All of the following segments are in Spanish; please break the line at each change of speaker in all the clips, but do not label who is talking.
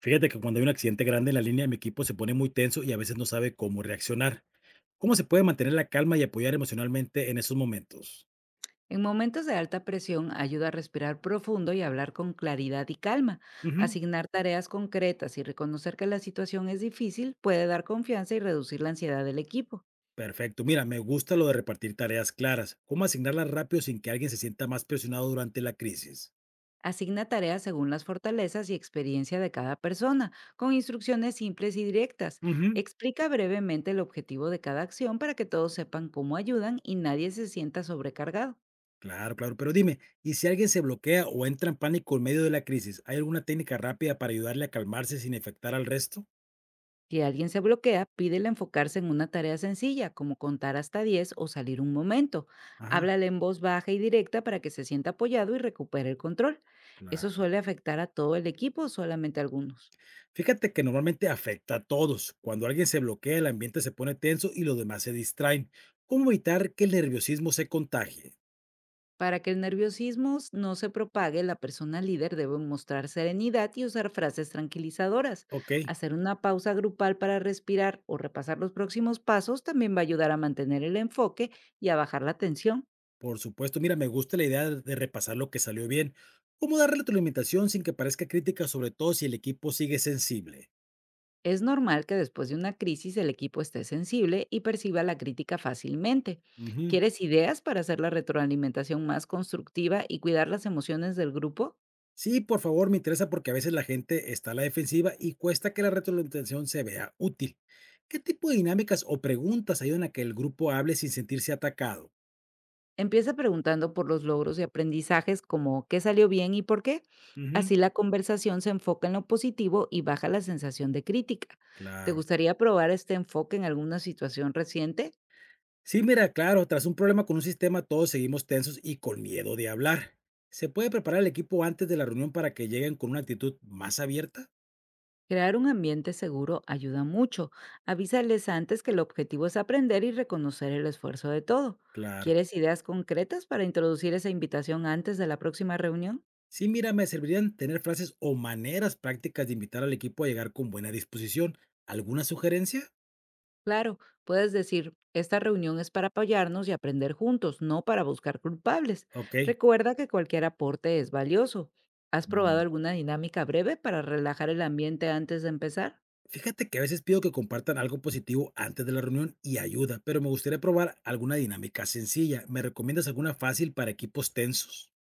Fíjate que cuando hay un accidente grande en la línea, mi equipo se pone muy tenso y a veces no sabe cómo reaccionar. ¿Cómo se puede mantener la calma y apoyar emocionalmente en esos momentos?
En momentos de alta presión ayuda a respirar profundo y hablar con claridad y calma.
Ujú.
Asignar tareas concretas y reconocer que la situación es difícil puede dar confianza y reducir la ansiedad del equipo.
Perfecto. Mira, me gusta lo de repartir tareas claras. ¿Cómo asignarlas rápido sin que alguien se sienta más presionado durante la crisis?
Asigna tareas según las fortalezas y experiencia de cada persona, con instrucciones simples y directas.
Ujú.
Explica brevemente el objetivo de cada acción para que todos sepan cómo ayudan y nadie se sienta sobrecargado.
Claro, claro. Pero dime, ¿y si alguien se bloquea o entra en pánico en medio de la crisis? ¿Hay alguna técnica rápida para ayudarle a calmarse sin afectar al resto?
Si alguien se bloquea, pídele enfocarse en una tarea sencilla, como contar hasta 10 o salir un momento.
Ajá.
Háblale en voz baja y directa para que se sienta apoyado y recupere el control. ¿Eso
Claro.
suele afectar a todo el equipo o solamente a algunos?
Fíjate que normalmente afecta a todos. Cuando alguien se bloquea, el ambiente se pone tenso y los demás se distraen. ¿Cómo evitar que el nerviosismo se contagie?
Para que el nerviosismo no se propague, la persona líder debe mostrar serenidad y usar frases tranquilizadoras.
Ok,
Hacer una pausa grupal para respirar o repasar los próximos pasos también va a ayudar a mantener el enfoque y a bajar la tensión.
por supuesto. Mira, me gusta la idea de repasar lo que salió bien. ¿Cómo darle tu alimentación sin que parezca crítica, sobre todo si el equipo sigue sensible?
Es normal que después de una crisis el equipo esté sensible y perciba la crítica fácilmente.
Ujú.
¿Quieres ideas para hacer la retroalimentación más constructiva y cuidar las emociones del grupo?
Sí, por favor, me interesa porque a veces la gente está a la defensiva y cuesta que la retroalimentación se vea útil. ¿Qué tipo de dinámicas o preguntas ayudan a que el grupo hable sin sentirse atacado?
Empieza preguntando por los logros y aprendizajes, como qué salió bien y por qué.
Ujú,
Así la conversación se enfoca en lo positivo y baja la sensación de crítica. ¿Te
claro.
gustaría probar este enfoque en alguna situación reciente?
Sí, mira, claro, tras un problema con un sistema todos seguimos tensos y con miedo de hablar. ¿Se puede preparar el equipo antes de la reunión para que lleguen con una actitud más abierta?
Crear un ambiente seguro ayuda mucho. Avísales antes que el objetivo es aprender y reconocer el esfuerzo de todo.
Claro.
¿Quieres ideas concretas para introducir esa invitación antes de la próxima reunión?
Sí, mira, me servirían tener frases o maneras prácticas de invitar al equipo a llegar con buena disposición. ¿Alguna sugerencia?
Claro, puedes decir, esta reunión es para apoyarnos y aprender juntos, no para buscar culpables.
Ok.
Recuerda que cualquier aporte es valioso. ¿Has probado
Mm.
alguna dinámica breve para relajar el ambiente antes de empezar?
Fíjate que a veces pido que compartan algo positivo antes de la reunión y ayuda, pero me gustaría probar alguna dinámica sencilla. ¿Me recomiendas alguna fácil para equipos tensos?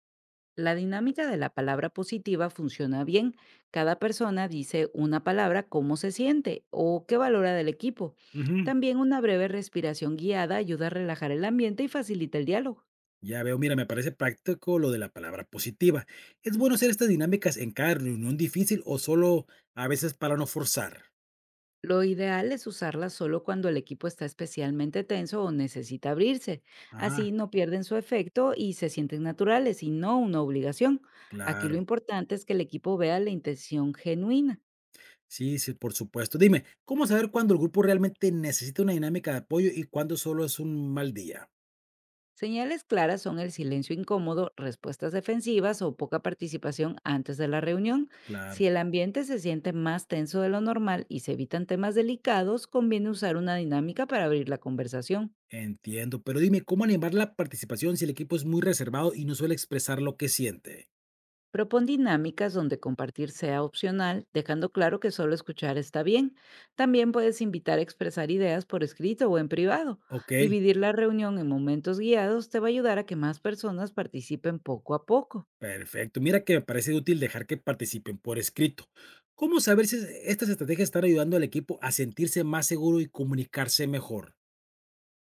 La dinámica de la palabra positiva funciona bien. Cada persona dice una palabra, cómo se siente o qué valora del equipo.
Ujú.
También una breve respiración guiada ayuda a relajar el ambiente y facilita el diálogo.
Ya veo, mira, me parece práctico lo de la palabra positiva. ¿Es bueno hacer estas dinámicas en cada reunión difícil o solo a veces para no forzar?
Lo ideal es usarla solo cuando el equipo está especialmente tenso o necesita abrirse.
Ajá,
Así no pierden su efecto y se sienten naturales y no una obligación. Aquí lo
claro.
importante es que el equipo vea la intención genuina.
Sí, sí, por supuesto. Dime, ¿cómo saber cuándo el grupo realmente necesita una dinámica de apoyo y cuándo solo es un mal día?
Señales claras son el silencio incómodo, respuestas defensivas o poca participación antes de la reunión.
Claro,
Si el ambiente se siente más tenso de lo normal y se evitan temas delicados, conviene usar una dinámica para abrir la conversación.
entiendo. Pero dime, ¿cómo animar la participación si el equipo es muy reservado y no suele expresar lo que siente?
Propon dinámicas donde compartir sea opcional, dejando claro que solo escuchar está bien. También puedes invitar a expresar ideas por escrito o en privado.
Ok.
Dividir la reunión en momentos guiados te va a ayudar a que más personas participen poco a poco.
Perfecto. Mira que me parece útil dejar que participen por escrito. ¿Cómo saber si estas estrategias están ayudando al equipo a sentirse más seguro y comunicarse mejor?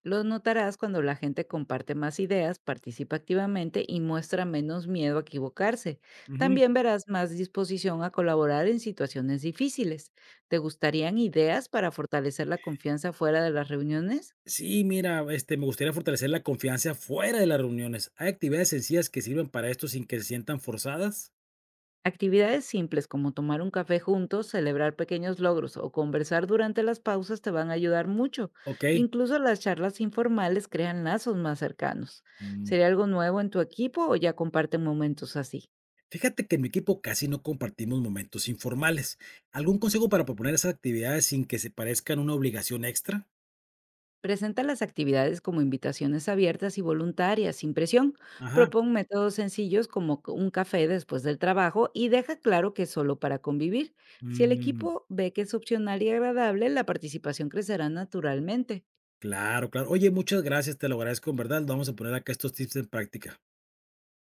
Los notarás cuando la gente comparte más ideas, participa activamente y muestra menos miedo a equivocarse.
Ujú.
También verás más disposición a colaborar en situaciones difíciles. ¿Te gustarían ideas para fortalecer la confianza fuera de las reuniones?
Sí, mira, me gustaría fortalecer la confianza fuera de las reuniones. ¿Hay actividades sencillas que sirven para esto sin que se sientan forzadas?
Actividades simples como tomar un café juntos, celebrar pequeños logros o conversar durante las pausas te van a ayudar mucho.
Ok.
Incluso las charlas informales crean lazos más cercanos.
Mm.
¿Sería algo nuevo en tu equipo o ya comparten momentos así?
Fíjate que en mi equipo casi no compartimos momentos informales. ¿Algún consejo para proponer esas actividades sin que se parezcan una obligación extra?
Presenta las actividades como invitaciones abiertas y voluntarias, sin presión.
Ajá.
Propon métodos sencillos como un café después del trabajo y deja claro que es solo para convivir. Si el
Mm.
equipo ve que es opcional y agradable, la participación crecerá naturalmente.
Claro, claro. Oye, muchas gracias, te lo agradezco, en verdad. Vamos a poner acá estos tips en práctica.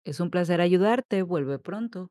Es un placer ayudarte. Vuelve pronto.